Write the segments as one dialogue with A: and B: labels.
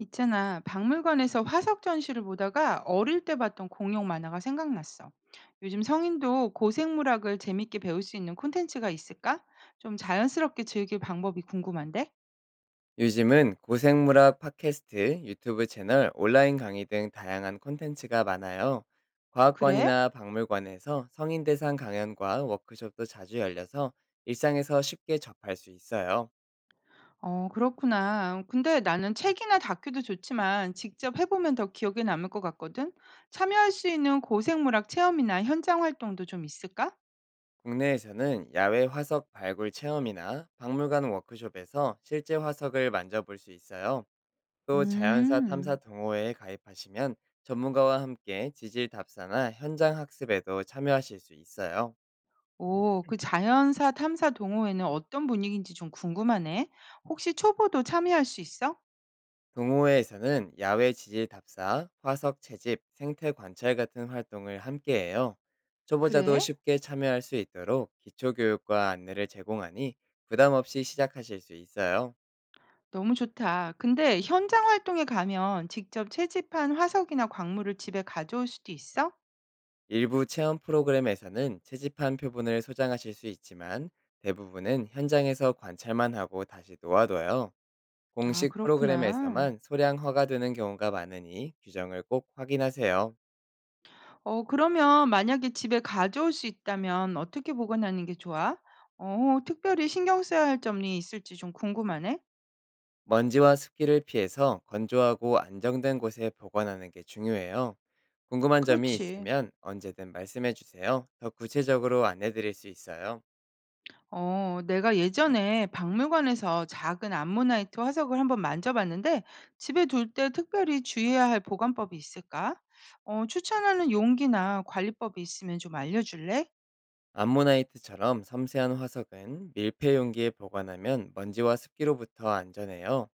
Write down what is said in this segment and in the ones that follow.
A: 있잖아, 박물관에서 화석 전시를 보다가 어릴 때 봤던 공룡 만화가 생각났어. 요즘 성인도 고생물학을 재밌게 배울 수 있는 콘텐츠가 있을까? 좀 자연스럽게 즐길 방법이 궁금한데?
B: 요즘은 고생물학 팟캐스트, 유튜브 채널, 온라인 강의 등 다양한 콘텐츠가 많아요.
A: 그래?
B: 과학관이나 박물관에서 성인 대상 강연과 워크숍도 자주 열려서 일상에서 쉽게 접할 수 있어요.
A: 그렇구나. 근데 나는 책이나 다큐도 좋지만 직접 해보면 더 기억에 남을 것 같거든? 참여할 수 있는 고생물학 체험이나 현장 활동도 좀 있을까?
B: 국내에서는 야외 화석 발굴 체험이나 박물관 워크숍에서 실제 화석을 만져볼 수 있어요. 또 자연사 탐사
A: 음.
B: 동호회에 가입하시면 전문가와 함께 지질 답사나 현장 학습에도 참여하실 수 있어요.
A: 오, 그 자연사 탐사 동호회는 어떤 분위기인지 좀 궁금하네. 혹시 초보도 참여할 수 있어?
B: 동호회에서는 야외 지질 답사, 화석 채집, 생태 관찰 같은 활동을 함께해요. 초보자도
A: 그래?
B: 쉽게 참여할 수 있도록 기초교육과 안내를 제공하니 부담 없이 시작하실 수 있어요.
A: 너무 좋다. 근데 현장 활동에 가면 직접 채집한 화석이나 광물을 집에 가져올 수도 있어?
B: 일부 체험 프로그램에서는 채집한 표본을 소장하실 수 있지만 대부분은 현장에서 관찰만 하고 다시 놓아둬요.
A: 아,
B: 공식
A: 그렇구나.
B: 프로그램에서만 소량 허가되는 경우가 많으니 규정을 꼭 확인하세요.
A: 그러면 만약에 집에 가져올 수 있다면 어떻게 보관하는 게 좋아? 특별히 신경 써야 할 점이 있을지 좀 궁금하네.
B: 먼지와 습기를 피해서 건조하고 안정된 곳에 보관하는 게 중요해요. 궁금한 점이
A: 그렇지.
B: 있으면 언제든 말씀해 주세요. 더 구체적으로 안내 드릴 수 있어요.
A: 내가 예전에 박물관에서 작은 암모나이트 화석을 한번 만져봤는데 집에 둘 때 특별히 주의해야 할 보관법이 있을까? 추천하는 용기나 관리법이 있으면 좀 알려줄래?
B: 암모나이트처럼 섬세한 화석은 밀폐 용기에 보관하면 먼지와 습기로부터 안전해요.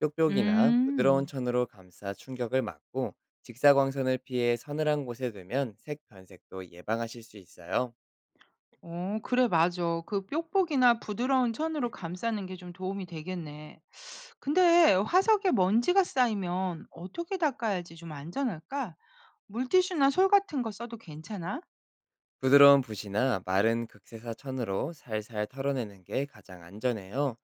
B: 뾱뾱이나 부드러운
A: 음,
B: 천으로 감싸 충격을 막고 직사광선을 피해 서늘한 곳에 두면 색 변색도 예방하실 수 있어요.
A: 그래, 맞아. 그 뾱뽁이나 부드러운 천으로 감싸는 게 좀 도움이 되겠네. 근데 화석에 먼지가 쌓이면 어떻게 닦아야지 좀 안전할까? 물티슈나 솔 같은 거 써도 괜찮아?
B: 부드러운 붓이나 마른 극세사 천으로 살살 털어내는 게 가장 안전해요.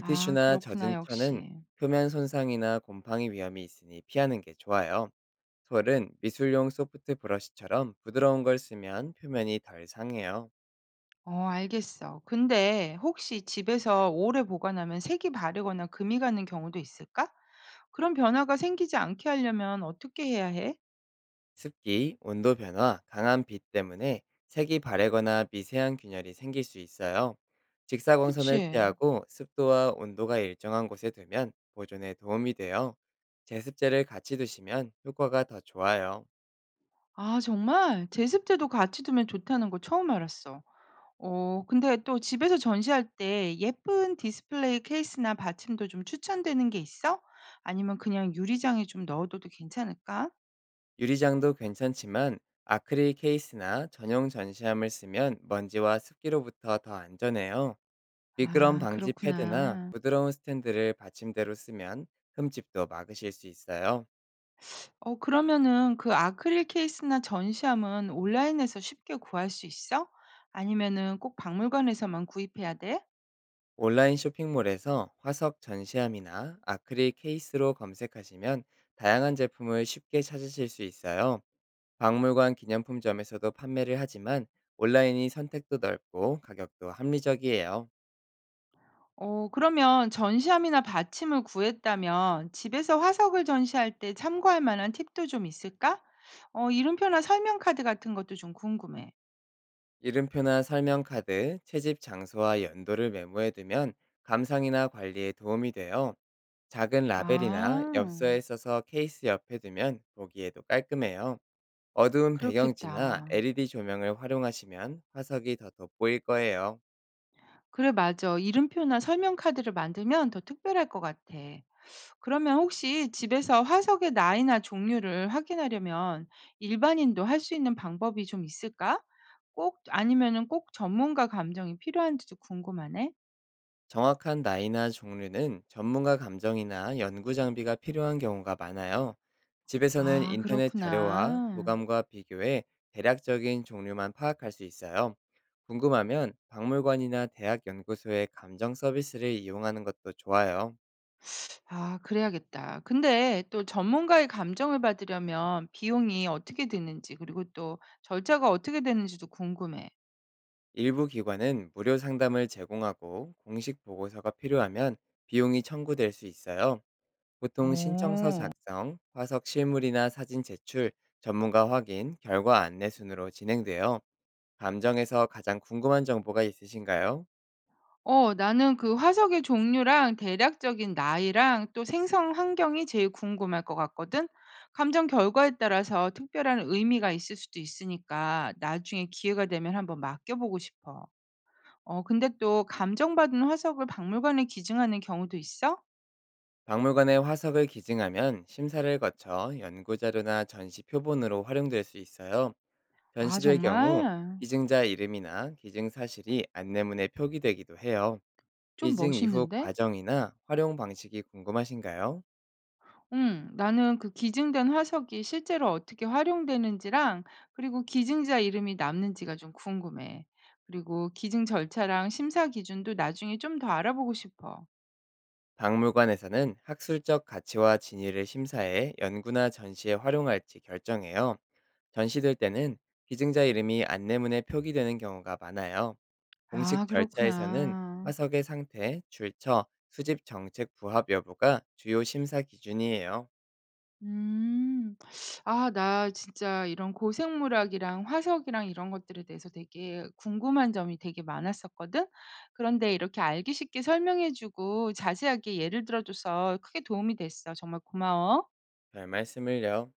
A: 아, 그렇구나,
B: 젖은 천은
A: 역시.
B: 표면 손상이나 곰팡이 위험이 있으니 피하는 게 좋아요. 솔은 미술용 소프트 브러쉬처럼 부드러운 걸 쓰면 표면이 덜 상해요.
A: 알겠어. 근데 혹시 집에서 오래 보관하면 색이 바르거나 금이 가는 경우도 있을까? 그런 변화가 생기지 않게 하려면 어떻게 해야 해?
B: 습기, 온도 변화, 강한 빛 때문에 색이 바래거나 미세한 균열이 생길 수 있어요. 직사광선을
A: 그치.
B: 피하고 습도와 온도가 일정한 곳에 두면 보존에 도움이 돼요. 제습제를 같이 두시면 효과가 더 좋아요.
A: 아 정말? 제습제도 같이 두면 좋다는 거 처음 알았어. 근데 또 집에서 전시할 때 예쁜 디스플레이 케이스나 받침도 좀 추천되는 게 있어? 아니면 그냥 유리장에 좀 넣어둬도 괜찮을까?
B: 유리장도 괜찮지만 아크릴 케이스나 전용 전시함을 쓰면 먼지와 습기로부터 더 안전해요. 미끄럼
A: 아
B: 방지 패드나
A: 그렇구나.
B: 부드러운 스탠드를 받침대로 쓰면 흠집도 막으실 수 있어요.
A: 그러면은 그 아크릴 케이스나 전시함은 온라인에서 쉽게 구할 수 있어? 아니면은 꼭 박물관에서만 구입해야 돼?
B: 온라인 쇼핑몰에서 화석 전시함이나 아크릴 케이스로 검색하시면 다양한 제품을 쉽게 찾으실 수 있어요. 박물관 기념품점에서도 판매를 하지만 온라인이 선택도 넓고 가격도 합리적이에요.
A: 그러면 전시함이나 받침을 구했다면 집에서 화석을 전시할 때 참고할 만한 팁도 좀 있을까? 이름표나 설명 카드 같은 것도 좀 궁금해.
B: 이름표나 설명카드, 채집 장소와 연도를 메모해두면 감상이나 관리에 도움이 돼요. 작은 라벨이나
A: 아
B: 엽서에 써서 케이스 옆에 두면 보기에도 깔끔해요. 어두운 배경지나
A: 그렇겠다.
B: LED 조명을 활용하시면 화석이 더 돋보일 거예요.
A: 그래 맞아. 이름표나 설명 카드를 만들면 더 특별할 것 같아. 그러면 혹시 집에서 화석의 나이나 종류를 확인하려면 일반인도 할 수 있는 방법이 좀 있을까? 꼭 아니면은 꼭 전문가 감정이 필요한지도 궁금하네.
B: 정확한 나이나 종류는 전문가 감정이나 연구 장비가 필요한 경우가 많아요. 집에서는
A: 아,
B: 인터넷 자료와
A: 그렇구나.
B: 도감과 비교해 대략적인 종류만 파악할 수 있어요. 궁금하면 박물관이나 대학 연구소의 감정 서비스를 이용하는 것도 좋아요.
A: 아, 그래야겠다. 근데 또 전문가의 감정을 받으려면 비용이 어떻게 드는지, 그리고 또 절차가 어떻게 되는지도 궁금해.
B: 일부 기관은 무료 상담을 제공하고 공식 보고서가 필요하면 비용이 청구될 수 있어요. 보통 신청서
A: 오.
B: 작성, 화석 실물이나 사진 제출, 전문가 확인, 결과 안내 순으로 진행되어 감정에서 가장 궁금한 정보가 있으신가요?
A: 나는 그 화석의 종류랑 대략적인 나이랑 또 생성 환경이 제일 궁금할 것 같거든. 감정 결과에 따라서 특별한 의미가 있을 수도 있으니까 나중에 기회가 되면 한번 맡겨보고 싶어. 근데 또 감정받은 화석을 박물관에 기증하는 경우도 있어?
B: 박물관의 화석을 기증하면 심사를 거쳐 연구자료나 전시 표본으로 활용될 수 있어요.
A: 아
B: 전시될 경우
A: 정말?
B: 기증자 이름이나 기증 사실이 안내문에 표기되기도 해요.
A: 좀
B: 기증 이후
A: 멋있는데?
B: 과정이나 활용 방식이 궁금하신가요?
A: 응, 나는 그 기증된 화석이 실제로 어떻게 활용되는지랑 그리고 기증자 이름이 남는지가 좀 궁금해. 그리고 기증 절차랑 심사 기준도 나중에 좀 더 알아보고 싶어.
B: 박물관에서는 학술적 가치와 진위를 심사해 연구나 전시에 활용할지 결정해요. 전시될 때는 기증자 이름이 안내문에 표기되는 경우가 많아요.
A: 아,
B: 공식 절차에서는
A: 그렇구나.
B: 화석의 상태, 출처, 수집 정책 부합 여부가 주요 심사 기준이에요.
A: 음, 아, 나 진짜 이런 고생물학이랑 화석이랑 이런 것들에 대해서 되게 궁금한 점이 되게 많았었거든? 그런데 이렇게 알기 쉽게 설명해주고 자세하게 예를 들어줘서 크게 도움이 됐어. 정말 고마워.
B: 별 말씀을요.